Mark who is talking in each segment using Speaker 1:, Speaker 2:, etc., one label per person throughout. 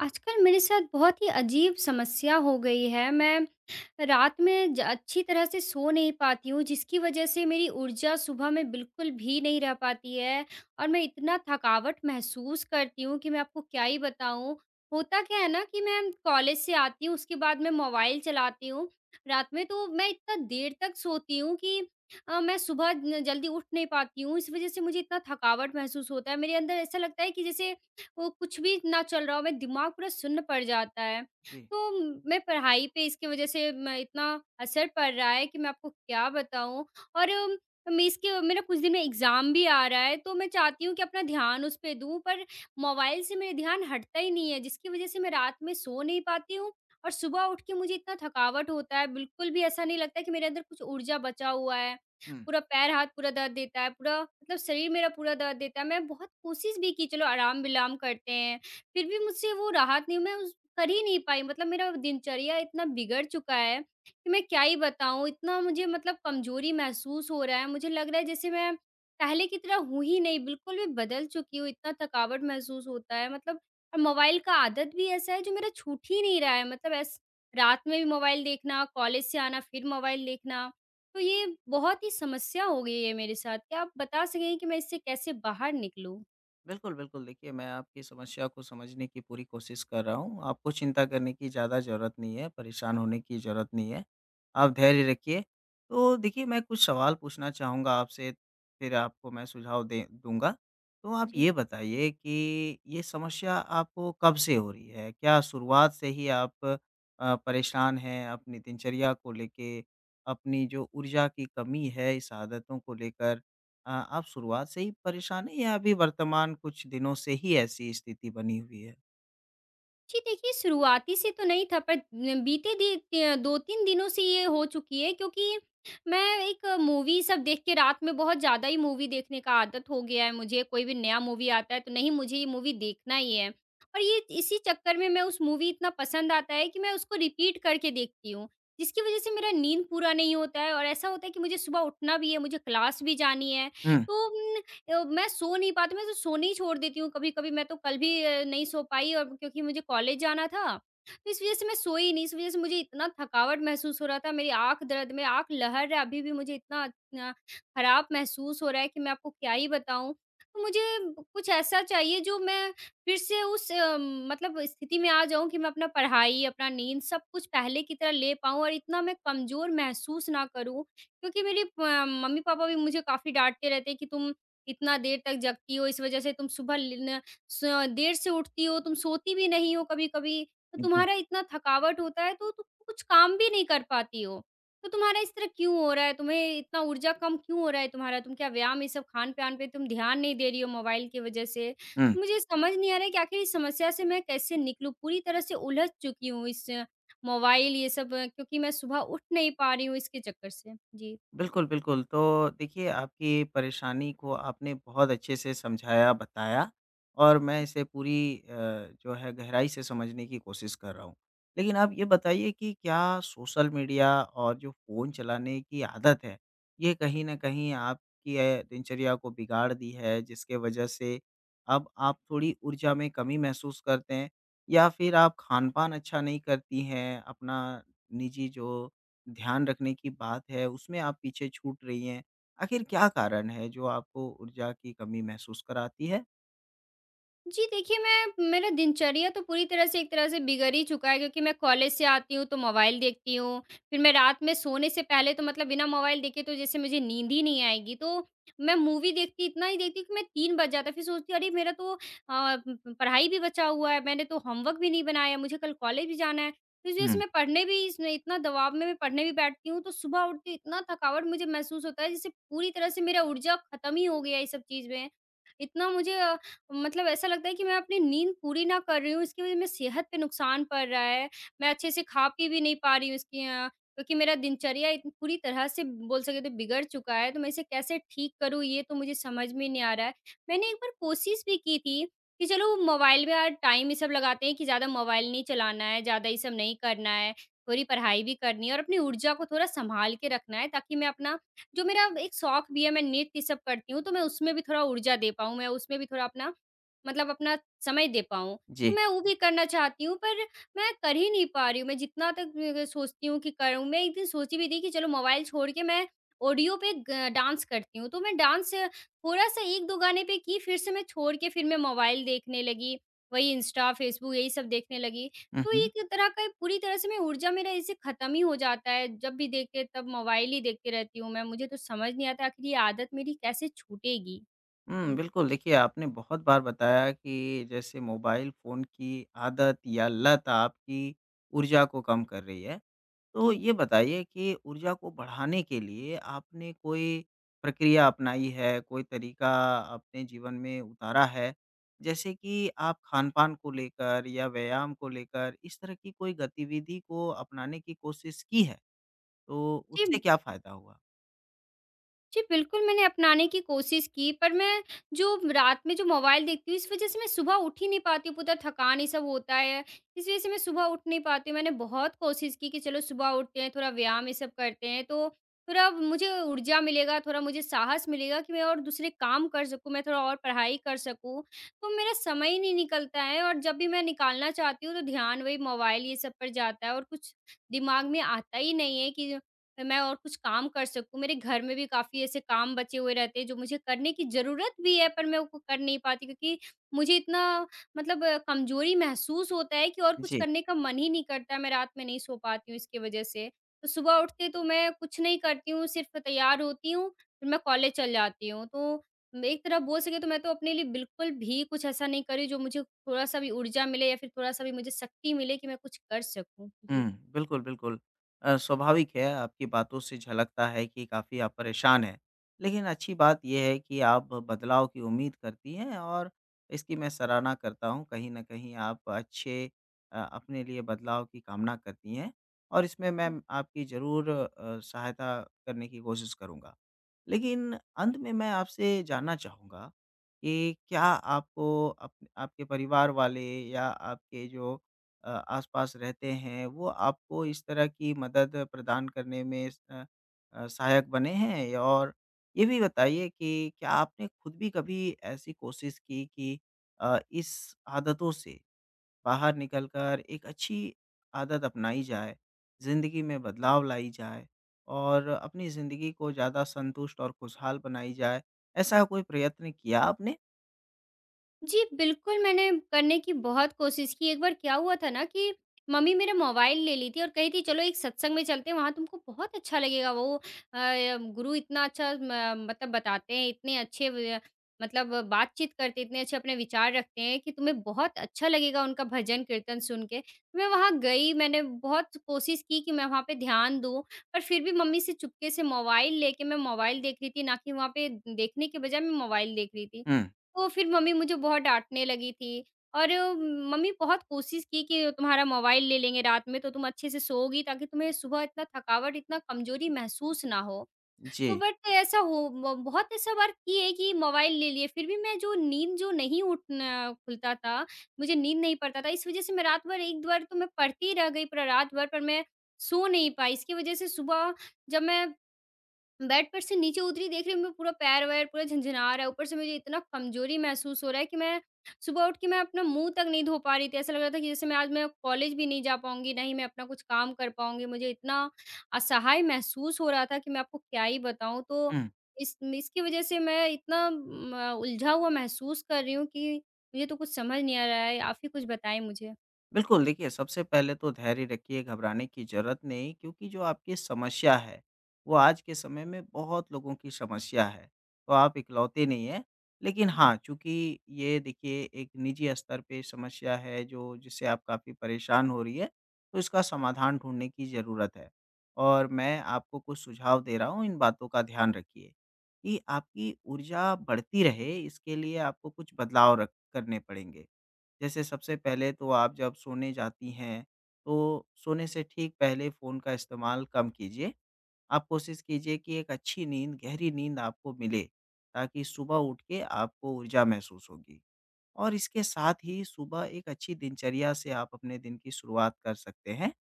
Speaker 1: आजकल मेरे साथ बहुत ही अजीब समस्या हो गई है। मैं रात में ज अच्छी तरह से सो नहीं पाती हूँ, जिसकी वजह से मेरी ऊर्जा सुबह में बिल्कुल भी नहीं रह पाती है और मैं इतना थकावट महसूस करती हूँ कि मैं आपको क्या ही बताऊँ। होता क्या है ना कि मैं कॉलेज से आती हूँ, उसके बाद मैं मोबाइल चलाती हूँ। रात में तो मैं इतना देर तक सोती हूँ कि मैं सुबह न जल्दी उठ नहीं पाती हूँ, इस वजह से मुझे इतना थकावट महसूस होता है। मेरे अंदर ऐसा लगता है कि जैसे वो कुछ भी ना चल रहा हो, मेरा दिमाग पूरा सुन्न पड़ जाता है।
Speaker 2: जी।
Speaker 1: तो मैं पढ़ाई पे इसकी वज़ह से मैं इतना असर पड़ रहा है कि मैं आपको क्या बताऊँ। और मैं इसके मेरा कुछ दिन में एग्ज़ाम भी आ रहा है, तो मैं चाहती हूँ कि अपना ध्यान उस पे दूँ, पर मोबाइल से मेरा ध्यान हटता ही नहीं है, जिसकी वज़ह से मैं रात में सो नहीं पाती हूँ और सुबह उठ के मुझे इतना थकावट होता है, बिल्कुल भी ऐसा नहीं लगता कि मेरे अंदर कुछ ऊर्जा बचा हुआ है।
Speaker 2: हुँ।
Speaker 1: पूरा पैर-हाथ पूरा दर्द देता है, पूरा मतलब शरीर मेरा पूरा दर्द देता है। मैं बहुत कोशिश भी की, चलो आराम-विलाम करते हैं, फिर भी मुझसे वो राहत नहीं, मैं उस कर ही नहीं पाई, मतलब मेरा दिनचर्या इतना बिगड़ चुका है कि मैं क्या ही बताऊँ, इतना मुझे मतलब कमज़ोरी महसूस हो रहा है, मुझे लग रहा है जैसे मैं पहले की तरह हूँ ही नहीं, बिल्कुल भी बदल चुकी हूँ, इतना थकावट महसूस होता है मतलब, और मोबाइल का आदत भी ऐसा है जो मेरा छूट ही नहीं रहा है, मतलब ऐस रात में भी मोबाइल देखना, कॉलेज से आना फिर मोबाइल देखना। तो ये बहुत ही समस्या हो गई है मेरे साथ। क्या आप बता सकेंगे कि मैं इससे कैसे बाहर निकलूँ?
Speaker 2: बिल्कुल, बिल्कुल देखिए मैं आपकी समस्या को समझने की पूरी कोशिश कर रहा हूँ। आपको चिंता करने की ज़्यादा ज़रूरत नहीं है, परेशान होने की ज़रूरत नहीं है। आप धैर्य रखिए। तो देखिए मैं कुछ सवाल पूछना चाहूँगा आपसे फिर आपको मैं सुझाव दे दूँगा। तो आप
Speaker 1: जी।
Speaker 2: ये बताइए कि ये समस्या आपको कब से हो रही है? क्या शुरुआत से ही आप परेशान हैं अपनी दिनचर्या को लेके, अपनी जो ऊर्जा की कमी है इस आदतों को लेकर? आप शुरुआत से ही परेशान हैं या अभी वर्तमान कुछ दिनों से ही ऐसी स्थिति बनी हुई है?
Speaker 1: जी, देखिए, शुरुआती से तो नहीं था, पर न बीते दि त्य 2-3 दिनों से ये हो चुकी है, क्योंकि मैं एक मूवी सब देख के रात में बहुत ज़्यादा ही मूवी देखने का आदत हो गया है मुझे। कोई भी नया मूवी आता है तो नहीं, मुझे ये मूवी देखना ही है। और ये इसी चक्कर में मैं उस मूवी इतना पसंद आता है कि मैं उसको रिपीट करके देखती हूँ। जिसकी वज़ह से मेरा नींद पूरा नहीं होता है और ऐसा होता है कि मुझे सुबह उठना भी है, मुझे क्लास भी जानी है।
Speaker 2: हुँ,
Speaker 1: तो मैं सो नहीं पाती, मैं तो सोने ही छोड़ देती हूँ कभी-कभी, मैं तो कल भी नहीं सो पाई, और क्योंकि मुझे कॉलेज जाना था, तो इस वज़ह से मैं सोई नहीं, इस वज़ह से मुझे इतना थकावट महसूस हो रहा था, मेरी आँख दर्द में आँख लहर रहा है, अभी भी मुझे इतना ख़राब महसूस हो रहा है कि मैं आपको क्या ही बताऊँ। तो मुझे कुछ ऐसा चाहिए जो मैं फिर से उस मतलब स्थिति में आ जाऊँ कि मैं अपना पढ़ाई, अपना नींद सब कुछ पहले की तरह ले पाऊँ और इतना मैं कमज़ोर महसूस ना करूँ, क्योंकि मेरे प मम्मी-पापा भी मुझे काफ़ी डाँटते रहते हैं कि तुम इतना देर तक जगती हो, इस वज़ह से तुम सुबह ल न स देर से उठती हो, तुम सोती भी नहीं हो कभी-कभी, तो
Speaker 2: हुँ, हुँ।
Speaker 1: तुम्हारा इतना थकावट होता है तो तुम कुछ काम भी नहीं कर पाती हो। तो तुम्हारा इस तरह क्यों हो रहा है? तुम्हें इतना ऊर्जा कम क्यों हो रहा है तुम्हारा? तुम क्या व्यायाम ये सब खान-पान पे तुम ध्यान नहीं दे रही हो मोबाइल की वज़ह से? तो मुझे समझ नहीं आ रहा है कि आखिर इस समस्या से मैं कैसे निकलूँ? पूरी तरह से उलझ चुकी हूँ इस मोबाइल ये सब, क्योंकि मैं सुबह उठ नहीं पा रही हूँ इसके चक्कर से। जी।
Speaker 2: बिल्कुल, बिल्कुल। तो देखिए, आपकी परेशानी को आपने बहुत अच्छे से समझाया, बताया और मैं इसे पूरी जो है गहराई से समझने की कोशिश कर रहा हूँ। लेकिन आप ये बताइए कि क्या सोशल मीडिया और जो फ़ोन चलाने की आदत है, ये कहीं न कहीं आपकी दिनचर्या को बिगाड़ दी है, जिसके वजह से अब आप थोड़ी ऊर्जा में कमी महसूस करते हैं? या फिर आप खान-पान अच्छा नहीं करती हैं, अपना निजी जो ध्यान रखने की बात है, उसमें आप पीछे छूट रही हैं। आखिर क्या कारण है जो आपको ऊर्जा की कमी महसूस कराती है?
Speaker 1: जी, देखिए, मैं मेरा दिनचर्या तो पूरी तरह से एक तरह से बिगड़ ही चुका है, क्योंकि मैं कॉलेज से आती हूँ तो मोबाइल देखती हूँ, फिर मैं रात में सोने से पहले तो मतलब बिना मोबाइल देखे तो जैसे मुझे नींद ही नहीं आएगी। तो मैं मूवी देखती इतना ही देखती हूँ कि मैं 3 बज जाता है, फिर सोचती हूँ अरे मेरा तो प पढ़ाई भी बचा हुआ है, मैंने तो होमवर्क भी नहीं बनाया, मुझे कल कॉलेज भी जाना है। तो इस वज़ह से
Speaker 2: हुँ।
Speaker 1: मैं पढ़ने भी, इसमें इतना दबाव में मैं पढ़ने भी बैठती हूँ तो सुबह उठती हूँ, इतना थकावट मुझे महसूस होता है, जिससे पूरी तरह से मेरा ऊर्जा खत्म ही हो गया है ये सब चीज़ में। इतना मुझे मतलब ऐसा लगता है कि मैं अपनी नींद पूरी ना कर रही हूँ, इसकी वज़ह से मेरी सेहत पे नुकसान पड़ रहा है। मैं अच्छे से खा-पी भी नहीं पा रही हूँ इसकी क्योंकि मेरा दिनचर्या इत पूरी तरह से बोल सके तो बिगड़ चुका है, तो मैं इसे कैसे ठीक करूँ, ये तो मुझे समझ में नहीं आ रहा है। मैंने एक बार कोशिश भी की थी कि चलो मोबाइल में यार टाइम ये सब लगाते हैं कि ज़्यादा मोबाइल नहीं चलाना है, ज़्यादा ये सब नहीं करना है, थोड़ी पढ़ाई भी करनी है और अपनी ऊर्जा को थोड़ा सँभाल के रखना है, ताकि मैं अपना जो मेरा एक शौक भी है, मैं नृत्य ये सब करती हूँ, तो मैं उसमें भी थोड़ा ऊर्जा दे पाऊँ, मैं उसमें भी थोड़ा अपना मतलब अपना समय दे पाऊँ। तो
Speaker 2: जी।
Speaker 1: मैं वो भी करना चाहती हूँ, पर मैं कर ही नहीं पा रही हूँ। मैं जितना तक सोचती हूँ कि करूँ, मैं एक दिन सोची भी थी कि चलो मोबाइल छोड़ के मैं ऑडियो पे ग डांस करती हूँ। तो मैं डांस थोड़ा-सा 1-2 गाने पे की, फिर से मैं छोड़ के फिर मैं मोबाइल देखने लगी। वही इंस्टा, फ़ेसबुक यही सब देखने लगी।
Speaker 2: हुँ,
Speaker 1: तो ये
Speaker 2: हुँ।
Speaker 1: एक तरह का पूरी तरह से मैं ऊर्जा मेरा इससे ख़त्म ही हो जाता है। जब भी देखते तब मोबाइल ही देखती रहती हूँ मैं। मुझे तो समझ नहीं आता आख़िर ये आदत मेरी कैसे छूटेगी?
Speaker 2: हुँ,
Speaker 1: जी,
Speaker 2: बिल्कुल देखिए आपने बहुत बार बताया कि जैसे मोबाइल फ़ोन की आदत या लत आपकी ऊर्जा को कम कर रही है। तो
Speaker 1: जी।
Speaker 2: ये बताइए कि ऊर्जा को बढ़ाने के लिए आपने कोई प्रक्रिया अपनाई है, कोई तरीका अपने जीवन में उतारा है? जैसे कि आप खान-पान को लेकर या व्यायाम को लेकर इस तरह की कोई गतिविधि को अपनाने की कोशिश की है, तो
Speaker 1: जी।
Speaker 2: उससे क्या फ़ायदा हुआ?
Speaker 1: जी, बिल्कुल, मैंने अपनाने की कोशिश की, पर मैं जो रात में जो मोबाइल देखती हूँ, इस वज़ह से मैं सुबह उठ ही नहीं पाती हूँ, पूरा थकान ये सब होता है, इस वज़ह से मैं सुबह उठ नहीं पाती हूँ। मैंने बहुत कोशिश की कि चलो सुबह उठते हैं, थोड़ा व्यायाम ये सब करते हैं, तो थोड़ा मुझे ऊर्जा मिलेगा, थोड़ा मुझे साहस मिलेगा कि मैं और दूसरे काम कर सकूँ, मैं थोड़ा और पढ़ाई कर सकूँ। तो मेरा समय ही नहीं निकलता है और जब भी मैं निकालना चाहती हूँ, तो ध्यान वही मोबाइल ये सब पर जाता है और कुछ दिमाग में आता ही नहीं है कि मैं और कुछ काम कर सकूँ। मेरे घर में भी काफ़ी ऐसे काम बचे हुए रहते हैं जो मुझे करने की ज़रूरत भी है, पर मैं वो कर नहीं पाती क्योंकि मुझे इतना मतलब कमज़ोरी महसूस होता है कि और कुछ
Speaker 2: जी।
Speaker 1: करने का मन ही नहीं करता है। मैं रात में नहीं सो पाती हूँ इसकी वज़ह से। तो सुबह उठते तो मैं कुछ नहीं करती हूँ, सिर्फ़ तैयार होती हूँ, फिर मैं कॉलेज चल जाती हूँ। तो एक तरह बोल सके तो मैं तो अपने लिए बिल्कुल भी कुछ ऐसा नहीं कर रही जो मुझे थोड़ा-सा भी ऊर्जा मिले या फिर थोड़ा-सा भी मुझे शक्ति मिले कि मैं कुछ कर सकूँ। जी।
Speaker 2: हुँ, बिल्कुल, बिल्कुल। स्वाभाविक है, आपकी बातों से झलकता है कि काफ़ी आप परेशान हैं। लेकिन अच्छी बात ये है कि आप बदलाव की उम्मीद करती हैं और इसकी मैं सराहना करता हूँ, कहीं न कहीं आप अच्छे अपने लिए बदलाव की कामना करती हैं और इसमें मैं आपकी ज़रूर सहायता करने की कोशिश करूँगा। लेकिन अंत में मैं आपसे जानना चाहूँगा कि क्या आपको अप आपके परिवार वाले या आपके जो अ, आस-पास रहते हैं, वो आपको इस तरह की मदद प्रदान करने में सहायक बने हैं? या और ये भी बताइए कि क्या आपने खुद भी कभी ऐसी कोशिश की कि इस आदतों से बाहर निकलकर एक अच्छी आदत अपनाई जाए, ज़िंदगी में बदलाव लाई जाए और अपनी ज़िंदगी को ज़्यादा संतुष्ट और खुशहाल बनाई जाए, ऐसा कोई प्रयत्न किया आपने?
Speaker 1: जी, बिल्कुल, मैंने करने की बहुत कोशिश की। एक बार क्या हुआ था ना कि मम्मी मेरा मोबाइल ले ली थी और कही थी, "चलो, एक सत्संग में चलते हैं, वहाँ तुमको बहुत अच्छा लगेगा। वो गुरु इतना अच्छा म मतलब बताते हैं, इतने अच्छे व मतलब बातचीत करते, इतने अच्छे अपने विचार रखते हैं कि तुम्हें बहुत अच्छा लगेगा उनका भजन-कीर्तन सुन के।" तो मैं वहाँ गई, मैंने बहुत कोशिश की कि मैं वहाँ पे ध्यान दूँ, पर फिर भी मम्मी से चुपके से मोबाइल लेके मैं मोबाइल देख रही थी, ना कि वहाँ पे देखने के बजाय मैं मोबाइल देख रही थी।
Speaker 2: हुँ,
Speaker 1: तो फिर मम्मी मुझे बहुत डाँटने लगी थी और मम्मी बहुत कोशिश की कि तुम्हारा मोबाइल ले लेंगे रात में तो तुम अच्छे से सोओगी, ताकि तुम्हें सुबह इतना थकावट, इतना कमज़ोरी महसूस ना हो। तो
Speaker 2: जी।
Speaker 1: बट ऐसा हो ब बहुत ऐसा बार किए कि मोबाइल ले लिए, फिर भी मैं जो नींद जो नहीं उठना खुलता था, मुझे नींद नहीं पड़ता था, इस वज़ह से मैं रात भर 1 बार तो मैं पढ़ती रह गई पूरा रात भर, पर मैं सो नहीं पाई। इसकी वज़ह से सुबह जब मैं बेड पर से नीचे उतरी, देख रही हूँ मैं पूरा पैर-वैर पूरा झनझना रहा है, ऊपर से मुझे इतना कमज़ोरी महसूस हो रहा है कि मैं सुबह उठ के मैं अपना मुँह तक नहीं धो पा रही थी। ऐसा लग रहा था कि जैसे मैं आज मैं कॉलेज भी नहीं जा पाऊँगी, ना ही मैं अपना कुछ काम कर पाऊँगी। मुझे इतना असहाय महसूस हो रहा था कि मैं आपको क्या ही बताऊँ। तो
Speaker 2: हुँ।
Speaker 1: इस इसकी वज़ह से मैं इतना म उलझा हुआ महसूस कर रही हूँ कि मुझे तो कुछ समझ नहीं आ रहा है। आप ही कुछ बताएँ मुझे।
Speaker 2: बिल्कुल, देखिए सबसे पहले तो धैर्य रखिए, घबराने की ज़रूरत नहीं क्योंकि जो आपकी समस्या है, वो आज के समय में बहुत लोगों की समस्या है, तो आप इकलौते नहीं हैं। लेकिन हाँ, चूँकि ये देखिए एक निजी स्तर पे समस्या है जो जिससे आप काफ़ी परेशान हो रही है, तो इसका समाधान ढूँढने की ज़रूरत है। और मैं आपको कुछ सुझाव दे रहा हूँ, इन बातों का ध्यान रखिए कि आपकी ऊर्जा बढ़ती रहे इसके लिए आपको कुछ बदलाव रख करने पड़ेंगे। जैसे सबसे पहले तो आप जब सोने जाती हैं, तो सोने से ठीक पहले फ़ोन का इस्तेमाल कम कीजिए। आप कोशिश कीजिए कि एक अच्छी नींद, गहरी नींद आपको मिले, ताकि सुबह उठ के आपको ऊर्जा महसूस होगी। और इसके साथ ही सुबह एक अच्छी दिनचर्या से आप अपने दिन की शुरुआत कर सकते हैं,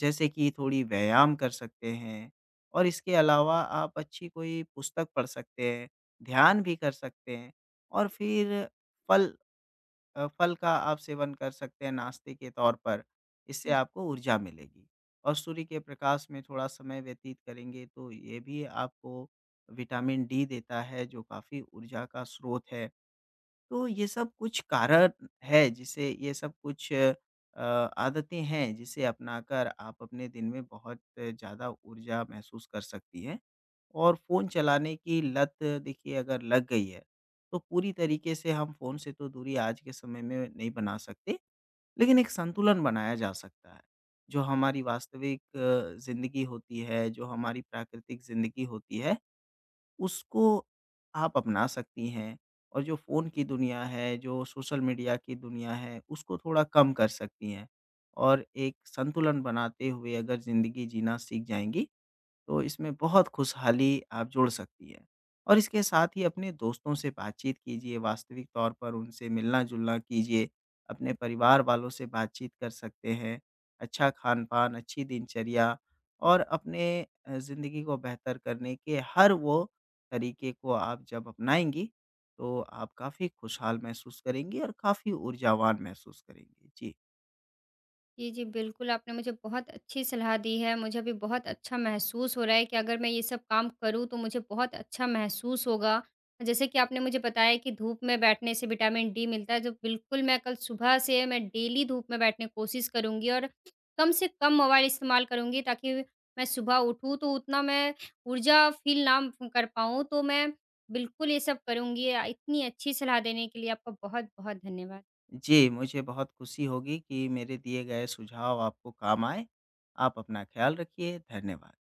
Speaker 2: जैसे कि थोड़ी व्यायाम कर सकते हैं और इसके अलावा आप अच्छी कोई पुस्तक पढ़ सकते हैं, ध्यान भी कर सकते हैं और फिर फल फल का आप सेवन कर सकते हैं नाश्ते के तौर पर। इससे आपको ऊर्जा मिलेगी और सूर्य के प्रकाश में थोड़ा समय व्यतीत करेंगे तो ये भी आपको विटामिन डी देता है जो काफ़ी ऊर्जा का स्रोत है। तो ये सब कुछ कारण है जिसे ये सब कुछ आदतें हैं जिसे अपनाकर आप अपने दिन में बहुत ज़्यादा ऊर्जा महसूस कर सकती हैं। और फ़ोन चलाने की लत देखिए अगर लग गई है, तो पूरी तरीके से हम फ़ोन से तो दूरी आज के समय में नहीं बना सकते, लेकिन एक संतुलन बनाया जा सकता है। जो हमारी वास्तविक ज़िंदगी होती है, जो हमारी प्राकृतिक ज़िंदगी होती है उसको आप अपना सकती हैं और जो फ़ोन की दुनिया है, जो सोशल मीडिया की दुनिया है, उसको थोड़ा कम कर सकती हैं और एक संतुलन बनाते हुए अगर ज़िंदगी जीना सीख जाएँगी तो इसमें बहुत खुशहाली आप जोड़ सकती है। और इसके साथ ही अपने दोस्तों से बातचीत कीजिए, वास्तविक तौर पर उनसे मिलना-जुलना कीजिए, अपने परिवार वालों से बातचीत कर सकते हैं। अच्छा खान-पान, अच्छी दिनचर्या और अपने ज़िंदगी को बेहतर करने के हर वो तरीके को आप जब अपनाएँगी, तो आप काफ़ी खुशहाल महसूस करेंगी और काफ़ी ऊर्जावान महसूस करेंगी। जी।
Speaker 1: जी, जी, बिल्कुल, आपने मुझे बहुत अच्छी सलाह दी है। मुझे अभी बहुत अच्छा महसूस हो रहा है कि अगर मैं ये सब काम करूँ, तो मुझे बहुत अच्छा महसूस होगा। जैसे कि आपने मुझे बताया कि धूप में बैठने से विटामिन डी मिलता है, जो बिल्कुल मैं कल सुबह से मैं डेली धूप में बैठने की कोशिश करूँगी और कम से कम मोबाइल इस्तेमाल करूँगी, ताकि मैं सुबह उठूँ, तो उतना मैं ऊर्जा फ़ील ना कर पाऊँ। तो मैं बिल्कुल ये सब करूँगी। इतनी अच्छी सलाह देने के लिए आपका बहुत-बहुत धन्यवाद।
Speaker 2: जी, मुझे बहुत खुशी होगी कि मेरे दिए गए सुझाव आपको काम आए। आप अपना ख़्याल रखिए, धन्यवाद।